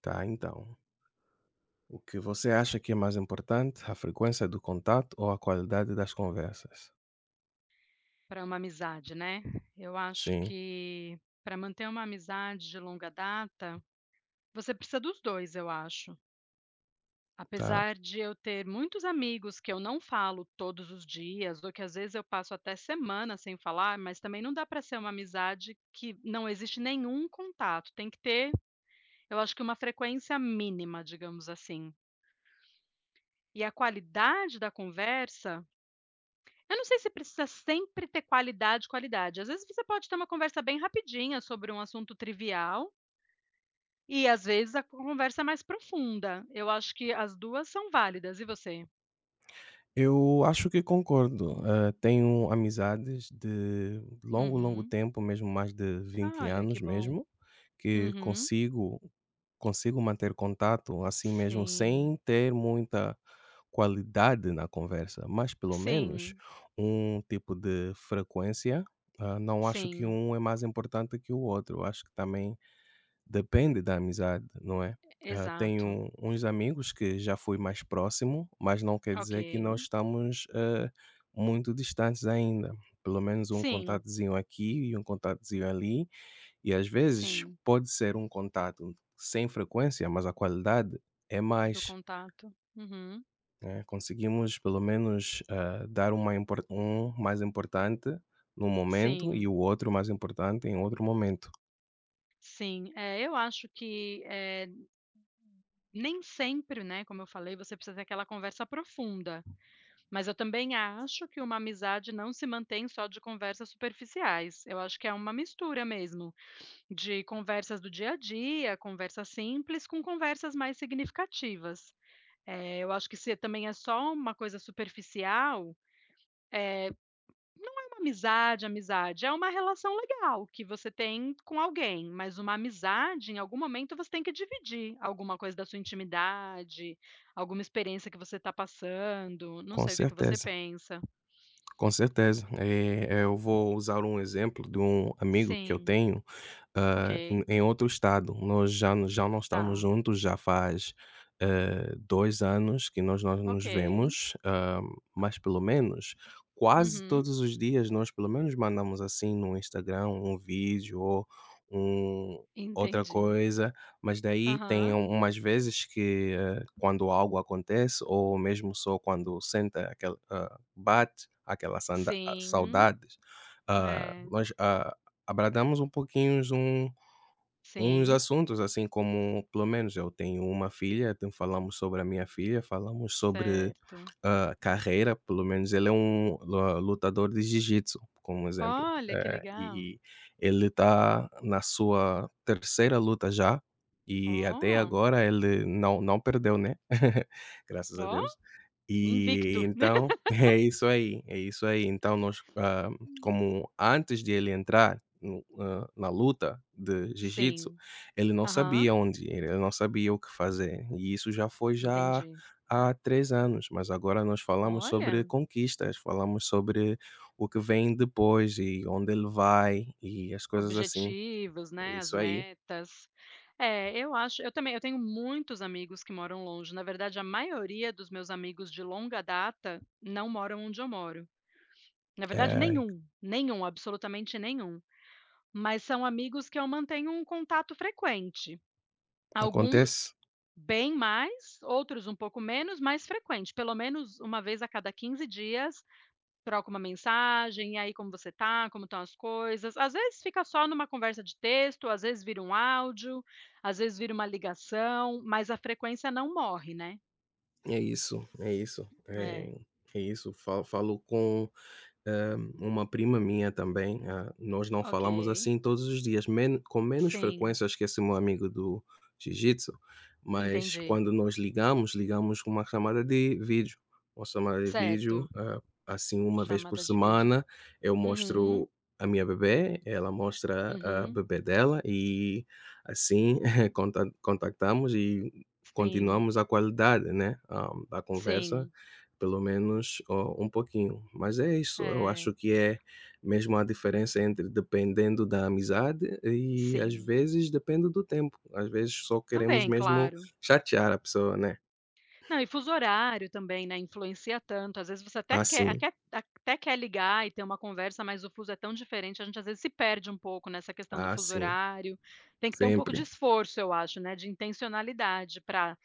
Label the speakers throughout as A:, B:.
A: Tá, então. O que você acha que é mais importante, a frequência do contato ou a qualidade das conversas?
B: Para uma amizade, né. Eu acho
A: Sim,
B: que para manter uma amizade de longa data, você precisa dos 2, eu acho.
A: tá.
B: Apesar de eu ter muitos amigos que eu não falo todos os dias, ou que às vezes eu passo até semana sem falar, mas também não dá para ser uma amizade que não existe nenhum contato, tem que ter, eu acho que uma frequência mínima, digamos assim. E a qualidade da conversa, eu não sei se precisa sempre ter qualidade, qualidade. Às vezes você pode ter uma conversa bem rapidinha sobre um assunto trivial e às vezes a conversa é mais profunda. Eu acho que as duas são válidas. E você?
A: Eu acho que concordo. Tenho amizades de longo, longo
B: Uhum.
A: tempo, mesmo mais de vinte
B: Olha que
A: anos
B: bom.
A: mesmo, que
B: Uhum.
A: consigo manter contato assim mesmo
B: Sim,
A: sem ter muita qualidade na conversa, mas pelo menos
B: sim,
A: um tipo de frequência. Não acho que
B: sim,
A: um é mais importante que o outro. Acho que também depende da amizade, não é?
B: exato.
A: Tenho uns amigos que já fui mais próximo, mas não quer
B: Ok.
A: dizer que não estamos, muito distantes ainda. Pelo menos um
B: Sim,
A: contatozinho aqui e um contatozinho ali, e às vezes
B: sim,
A: pode ser um contato sem frequência, mas a qualidade é
B: do
A: mais,
B: contato. Uhum.
A: né? Conseguimos pelo menos, dar uma impor um mais importante num momento e
B: Sim,
A: o outro mais importante em outro momento.
B: sim. É, eu acho que, nem sempre, né, como eu falei, você precisa ter aquela conversa profunda. Mas eu também acho que uma amizade não se mantém só de conversas superficiais. Eu acho que é uma mistura mesmo de conversas do dia a dia, conversas simples com conversas mais significativas. Eu acho que se também é só uma coisa superficial, não é uma amizade, amizade. É uma relação legal que você tem com alguém, mas uma amizade, em algum momento, você tem que dividir alguma coisa da sua intimidade, alguma experiência que você está passando. Não
A: Com
B: sei o que que você
A: certeza.
B: pensa.
A: Com certeza. Eu vou usar um exemplo de um amigo que eu
B: Sim.
A: tenho,
B: Ok,
A: em outro estado. Nós já n já não estamos
B: tá.
A: juntos, já faz, 2 anos que nós não nos
B: Ok.
A: vemos, mas pelo menos quase
B: Uhum.
A: todos os dias nós pelo menos mandamos, assim, no Instagram um vídeo ou um outra
B: Entendi.
A: coisa, mas daí tem
B: Aham.
A: u umas vezes que, quando algo acontece ou mesmo só quando senta. Bate aquelas
B: Sim,
A: saudades, hã,
B: é.
A: nós, abradamos um pouquinho uns
B: Sim,
A: assuntos, assim como pelo menos eu tenho uma filha, então falamos sobre a minha filha, falamos sobre,
B: certo.
A: carreira, pelo menos ele é um lu lutador de jiu-jitsu, como exemplo.
B: Olha, que
A: Eh,
B: legal.
A: e ele está na sua terceira luta já, e até
B: Oh,
A: agora ele não perdeu, né, graças a
B: oh,
A: Deus. E
B: invicto.
A: então é isso aí, é isso aí. Então nós,
B: Hum.
A: como antes de ele entrar no hã, na luta de jiu-jitsu,
B: Sim.
A: ele não
B: Aham,
A: sabia onde ir, ele não sabia o que fazer, e isso já foi já
B: entendi.
A: há 3 anos, mas agora nós falamos sobre
B: Olha,
A: conquistas, falamos sobre o que vem depois e onde ele vai e as coisas assim.
B: objetivos,
A: É
B: né, as
A: isso aí,
B: metas. É, eu acho eu também eu tenho muitos amigos que moram longe. Na verdade, a maioria dos meus amigos de longa data não moram onde eu moro. Na verdade
A: eh,
B: nenhum, nenhum, absolutamente nenhum. Mas são amigos que eu mantenho um contato frequente. Alguns
A: acontece.
B: bem mais, outros um pouco menos, mas frequente, pelo menos uma vez a cada 15 dias, troco uma mensagem, "E aí como você tá? Como estão as coisas?". Às vezes fica só numa conversa de texto, às vezes vira um áudio, às vezes vira uma ligação, mas a frequência não morre, né.
A: É isso, é isso,
B: É.
A: é isso. Fa Falo com uma prima minha também, nós não
B: Ok.
A: falamos assim todos os dias, men com menos
B: Sim,
A: frequência, acho que esse meu amigo do jiu-jitsu, mas
B: entendi.
A: quando nós ligamos, ligamos com uma chamada de vídeo. Uma chamada de vídeo,
B: Certo.
A: assim, uma vez por
B: Chamada de vídeo.
A: semana, eu
B: Uhum.
A: mostro a minha bebê, ela mostra a
B: Uhum.
A: bebê dela e assim contactamos e
B: Sim,
A: continuamos a qualidade, né, da conversa
B: sim.
A: pelo menos, um pouquinho. Mas é isso, eu
B: É,
A: acho que é mesmo a diferença entre dependendo da amizade e às
B: sim.
A: vezes depende do tempo. Às vezes só queremos
B: Também,
A: mesmo
B: claro.
A: chatear a pessoa, né.
B: Não, e fuso horário também, né, influencia tanto. Às vezes você
A: Ah, sim,
B: até quer ligar e ter uma conversa, mas o fuso é tão diferente, a gente às vezes se perde um pouco nessa questão do
A: ah,
B: fuso
A: sim,
B: horário. Tem que ter um pouco de
A: sempre.
B: esforço, eu acho, né, de intencionalidade para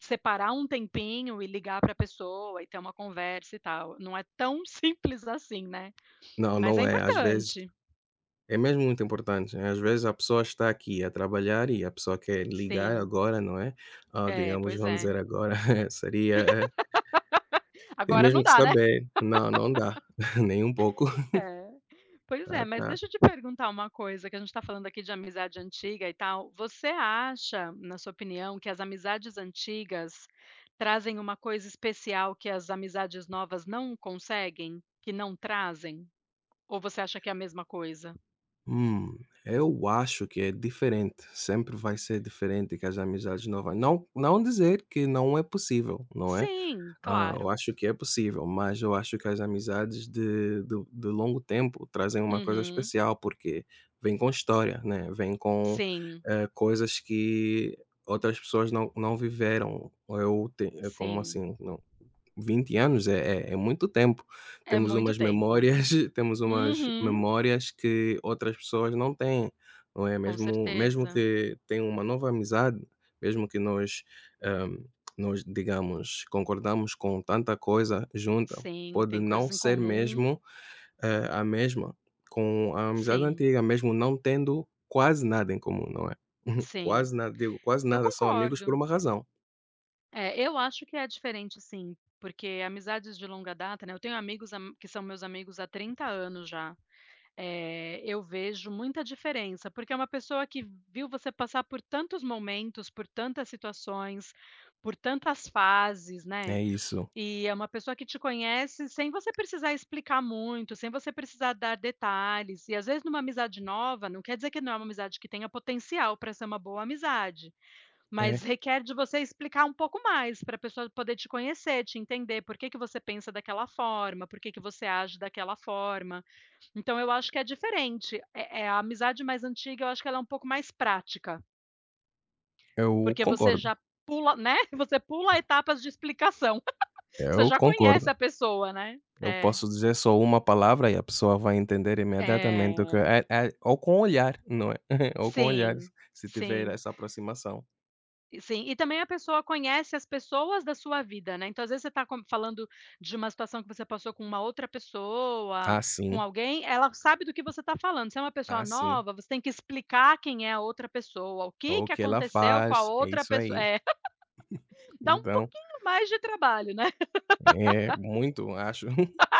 B: separar um tempinho e ligar para a pessoa e ter uma conversa e tal. Não é tão simples assim, né,
A: Não,
B: mas é
A: não é, às vezes
B: importante.
A: é mesmo muito importante, né, às vezes a pessoa está aqui a trabalhar e a pessoa quer ligar
B: Sim.
A: agora, não é,
B: É,
A: digamos,
B: pois
A: vamos
B: é.
A: dizer agora, seria, tem
B: Agora não
A: mesmo que
B: dá, né?
A: saber. Não, não dá, nem um pouco.
B: É. Pois é,
A: Tá,
B: mas
A: tá.
B: deixa eu te perguntar uma coisa, que a gente está falando aqui de amizade antiga e tal. Você acha, na sua opinião, que as amizades antigas trazem uma coisa especial que as amizades novas não conseguem? Que não trazem? Ou você acha que é a mesma coisa?
A: Hum, eu acho que é diferente, sempre vai ser diferente que as amizades novas. Não dizer que não é possível, não é?
B: Sim,
A: Eu
B: claro.
A: acho que é possível, mas eu acho que as amizades de longo tempo trazem uma coisa
B: Uhum.
A: especial, porque vem com história, né, vem com,
B: Sim,
A: coisas que outras pessoas não viveram, ou como
B: sim.
A: assim? Não, 20 anos é muito tempo.
B: É
A: Temos
B: muito
A: umas
B: tempo.
A: memórias temos umas
B: Uhum.
A: memórias que outras pessoas não têm, não é?
B: Com
A: Mesmo
B: certeza.
A: que tenham uma nova amizade, mesmo que hã, nós digamos, concordamos com tanta coisa junta,
B: Sim,
A: pode
B: tem coisas
A: não
B: em
A: ser
B: comum.
A: mesmo, a mesma com a amizade
B: Sim,
A: antiga, mesmo não tendo quase nada em comum, não é?
B: sim.
A: Quase nada, digo, quase
B: Eu
A: nada, são amigos por
B: concordo.
A: uma razão.
B: É, eu acho que é diferente sim, porque amizades de longa data, né, eu tenho amigos am que são meus amigos há 30 anos já, eu vejo muita diferença, porque é uma pessoa que viu você passar por tantos momentos, por tantas situações, por tantas fases, né,
A: É isso.
B: e é uma pessoa que te conhece sem você precisar explicar muito, sem você precisar dar detalhes, e às vezes numa amizade nova, não quer dizer que não é uma amizade que tenha potencial para ser uma boa amizade. Mas
A: É,
B: requer de você explicar um pouco mais, para a pessoa poder te conhecer, te entender por que que você pensa daquela forma, por que que você age daquela forma. Então eu acho que é diferente. A amizade mais antiga eu acho que ela é um pouco mais prática,
A: eu
B: porque você
A: concordo,
B: já pula, né, você pula etapas de explicação, você
A: eu
B: já conhece
A: concordo.
B: a pessoa, né.
A: Eu
B: É,
A: posso dizer só uma palavra e a pessoa vai entender imediatamente o que
B: é.
A: é ou com olhar, não é? Ou com olhar,
B: Sim,
A: se tiver
B: sim.
A: essa aproximação.
B: E sim, e também a pessoa conhece as pessoas da sua vida, né, então às vezes você está falando de uma situação que você passou com uma outra pessoa,
A: "Ah,
B: com
A: sim.
B: alguém, ela sabe do que você está falando, se é uma pessoa
A: Ah, sim.
B: nova, você tem que explicar quem é a outra pessoa, o
A: É
B: que
A: O
B: que
A: que ela
B: aconteceu com a
A: faz", é
B: outra
A: isso
B: pessoa
A: aí.
B: é, dá um
A: Então,
B: pouquinho mais de trabalho, né.
A: é muito, acho.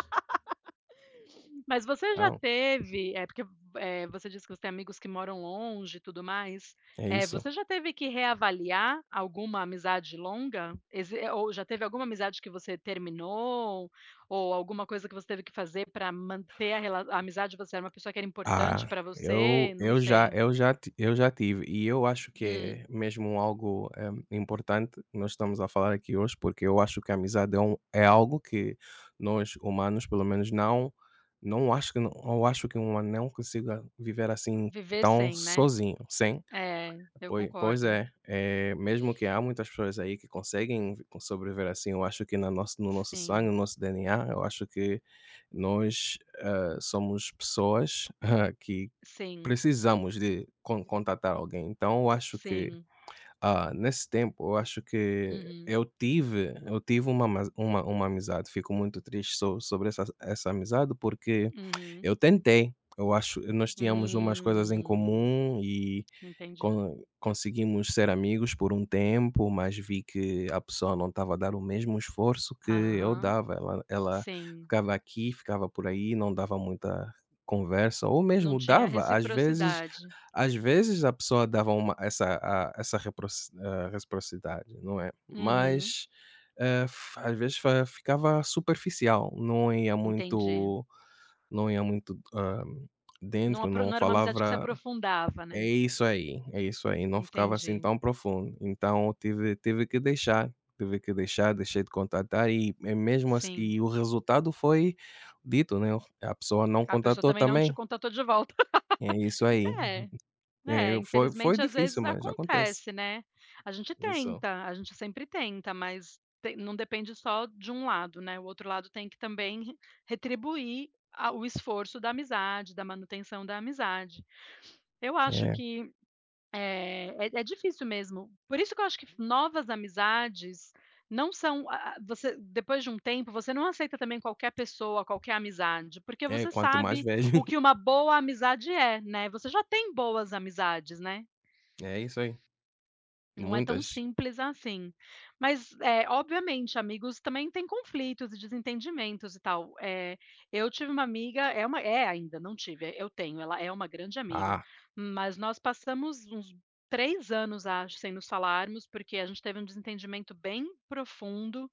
B: Mas você já
A: Então,
B: teve, é porque, você disse que você tem amigos que moram longe e tudo mais,
A: é isso.
B: você já teve que reavaliar alguma amizade longa? Ou já teve alguma amizade que você terminou, ou alguma coisa que você teve que fazer para manter a amizade, você era uma pessoa que era importante
A: Ah,
B: para você, não sei.
A: eu já tive e eu acho que
B: Hum,
A: é mesmo algo, importante nós estamos a falar aqui hoje, porque eu acho que a amizade é algo que nós humanos, pelo menos não acho que não eu acho que um humano não consiga viver assim
B: viver
A: tão
B: sem, né.
A: sozinho, sim.
B: É, eu
A: Pois
B: concordo.
A: é, É mesmo que há muitas pessoas aí que conseguem vi sobreviver assim, eu acho que na nosso no nosso
B: Sim,
A: sangue, no nosso DNA, eu acho que nós, somos pessoas que
B: sim,
A: precisamos de contatar alguém, então eu acho que
B: sim.
A: nesse tempo eu acho que
B: Uhum,
A: eu tive uma mas uma amizade, fico muito triste sobre essa amizade, porque
B: uhum.
A: eu tentei, eu acho nós tínhamos umas coisas em
B: Hum,
A: comum e
B: entendi.
A: conseguimos ser amigos por um tempo, mas vi que a pessoa não estava a dar o mesmo esforço que eu
B: Aham.
A: dava, ela
B: Sim,
A: ficava aqui, ficava por aí, não dava muita conversa, ou
B: não
A: mesmo
B: tinha
A: dava,
B: reciprocidade.
A: às vezes a pessoa dava uma essa a essa reciprocidade, não é,
B: Uhum,
A: mas, f às vezes fa ficava superficial,
B: entendi.
A: não ia muito, dentro, não
B: Não era uma amizade que se
A: falava.
B: aprofundava,
A: É
B: né.
A: isso aí, é isso aí, não ficava assim
B: Entendi,
A: tão profundo, então eu tive tive que deixar, deixei de contatar e mesmo assi
B: sim.
A: e o resultado foi dito, né, a pessoa não
B: A pessoa
A: contatou
B: também não te
A: também,
B: contatou de volta.
A: é isso aí.
B: É,
A: É,
B: é,
A: eu foi
B: infelizmente às
A: difícil,
B: vezes
A: mas acontece.
B: acontece, né. A gente
A: Isso.
B: tenta, a gente sempre tenta, mas tem não depende só de um lado, né, o outro lado tem que também re retribuir a o esforço da amizade, da manutenção da amizade. Eu acho
A: É,
B: que, é, é difícil mesmo. Por isso que eu acho que novas amizades não são a você depois de um tempo, você não aceita também qualquer pessoa, qualquer amizade, porque
A: é,
B: você
A: quanto mais
B: sabe
A: velho.
B: o que uma boa amizade é, né, você já tem boas amizades, né.
A: É isso aí.
B: Não é tão
A: Muitas.
B: simples assim. Mas, obviamente, amigos também têm conflitos e desentendimentos e tal. Eu tive uma amiga, é uma, é ainda, não tive, eu tenho, ela é uma grande amiga,
A: Ah,
B: mas nós passamos uns 3 anos, acho, sem nos falarmos, porque a gente teve um desentendimento bem profundo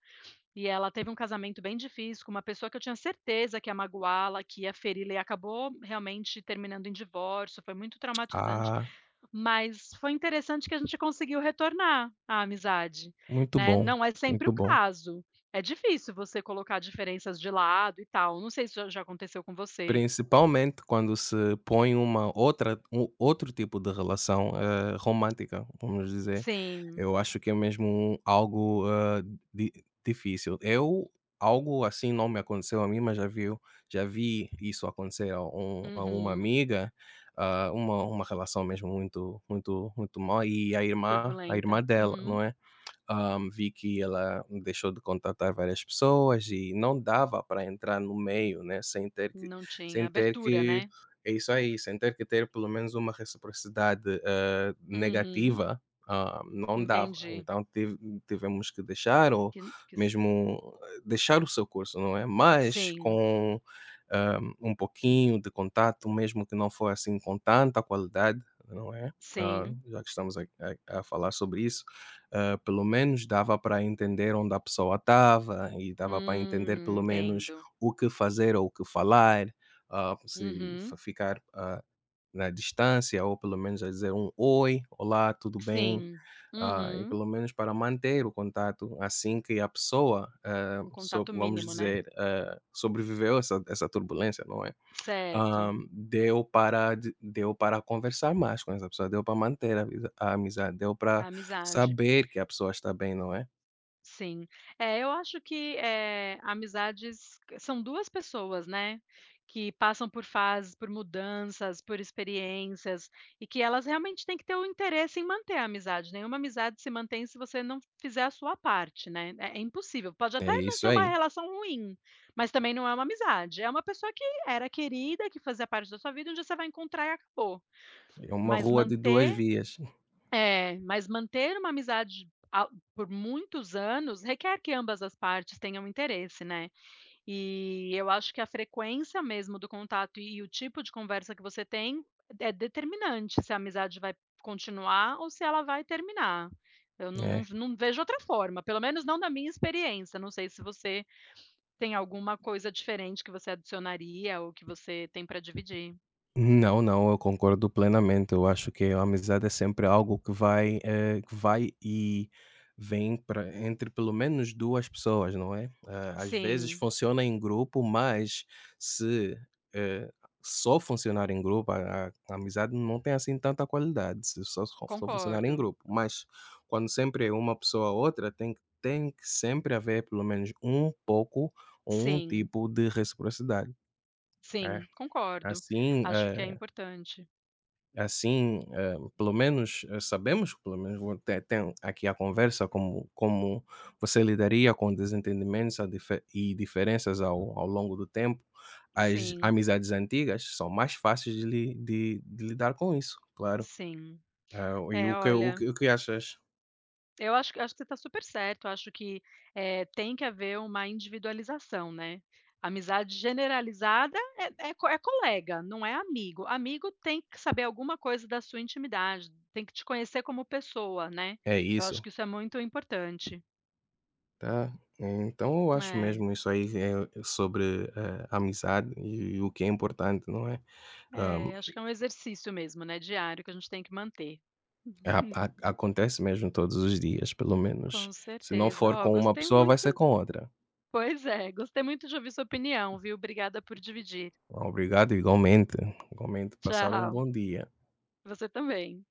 B: e ela teve um casamento bem difícil com uma pessoa que eu tinha certeza que ia magoá-la, que ia feri-la e acabou realmente terminando em divórcio, foi muito traumatizante.
A: ah,
B: Mas foi interessante que a gente conseguiu retornar à amizade,
A: muito
B: né.
A: bom,
B: Não é sempre
A: muito
B: o
A: bom.
B: caso, é difícil você colocar diferenças de lado e tal, não sei se já aconteceu com você.
A: Principalmente quando se põe uma outra um outro tipo de relação, romântica, vamos dizer.
B: Sim,
A: Eu acho que é mesmo algo, di difícil. Eu algo assim não me aconteceu a mim, mas já vi isso acontecer a uma
B: uhum,
A: amiga, uma relação mesmo muito muito muito mal, e a
B: turbulenta,
A: irmã dela,
B: uhum,
A: não é? Vi que ela deixou de contatar várias pessoas e não dava para entrar no meio, né? Sem ter que,
B: não tinha
A: sem ter
B: abertura,
A: que
B: né.
A: é isso aí, sem ter que ter pelo menos uma reciprocidade
B: Uhum,
A: negativa, não dava.
B: entendi,
A: Então tivemos que deixar ou
B: que que s
A: mesmo deixar o seu curso, não é? Mas
B: sim,
A: com um pouquinho de contato, mesmo que não for assim com tanta qualidade, não é?
B: sim,
A: Já que estamos a falar sobre isso, pelo menos dava para entender onde a pessoa estava e dava para entender pelo menos
B: entendo,
A: o que fazer ou o que falar, se
B: uhum,
A: ficar na distância ou pelo menos a dizer um oi, olá, tudo bem,
B: sim,
A: e
B: uhum,
A: pelo menos para manter o contato assim que a pessoa,
B: um contato
A: vamos
B: mínimo, né,
A: dizer, sobreviveu a essa turbulência, não é?
B: certo,
A: Deu para conversar mais com essa pessoa, deu para manter a amizade, deu
B: a
A: para
B: amizade.
A: saber que a pessoa está bem, não é?
B: Sim. É, eu acho que, amizades são 2 pessoas, né, que passam por fases, por mudanças, por experiências, e que elas realmente têm que ter o interesse em manter a amizade. Nenhuma amizade se mantém se você não fizer a sua parte, né, é é impossível. Pode
A: É
B: até não
A: isso
B: ser uma
A: aí,
B: relação ruim, mas também não é uma amizade. É uma pessoa que era querida, que fazia parte da sua vida, onde você vai encontrar e acabou.
A: é uma
B: Mas
A: rua de 2
B: manter
A: vias.
B: mas manter uma amizade a por muitos anos requer que ambas as partes tenham interesse, né. E eu acho que a frequência mesmo do contato e o tipo de conversa que você tem é determinante se a amizade vai continuar ou se ela vai terminar. Eu não não
A: É.
B: não vejo outra forma, pelo menos não da minha experiência, não sei se você tem alguma coisa diferente que você adicionaria ou que você tem para dividir.
A: Não, não, eu concordo plenamente. Eu acho que a amizade é sempre algo que vai e vem entre pelo menos duas pessoas, não é? Às vezes
B: Sim,
A: funciona em grupo, mas se eh, só funcionar em grupo, a amizade não tem assim tanta qualidade, se só funcionar em
B: concordo.
A: grupo. Mas quando sempre é uma pessoa ou outra, tem que sempre haver pelo menos um pouco ou um
B: Sim.
A: tipo de reciprocidade. É,
B: Sim, concordo.
A: assim,
B: Acho que é importante.
A: Assim, pelo menos, sabemos, pelo menos vo tem tem aqui a conversa como você lidaria com desentendimentos a dife e diferenças ao longo do tempo. As
B: Sim,
A: amizades antigas são mais fáceis de li de lidar com isso, claro.
B: sim.
A: E
B: É, olha,
A: o que achas?
B: eu acho que você está super certo. Acho que, tem que haver uma individualização, né. Amizade generalizada é co é colega, não é amigo. Amigo tem que saber alguma coisa da sua intimidade, tem que te conhecer como pessoa, né.
A: É
B: Eu acho
A: isso,
B: que isso é muito importante.
A: tá. Então eu acho
B: É,
A: mesmo isso aí é sobre, amizade e o que é importante, não é?
B: é, acho que é um exercício mesmo, né, diário que a gente tem que manter.
A: É, A a acontece mesmo todos os dias, pelo
B: Com
A: menos se não
B: certeza.
A: for
B: Ó,
A: com uma
B: gostei
A: pessoa, vai
B: muito
A: ser com outra.
B: pois é, gostei muito de ouvir sua opinião, viu. Obrigada por dividir.
A: Obrigado igualmente, igualmente, passar um
B: Tchau,
A: bom dia.
B: você também.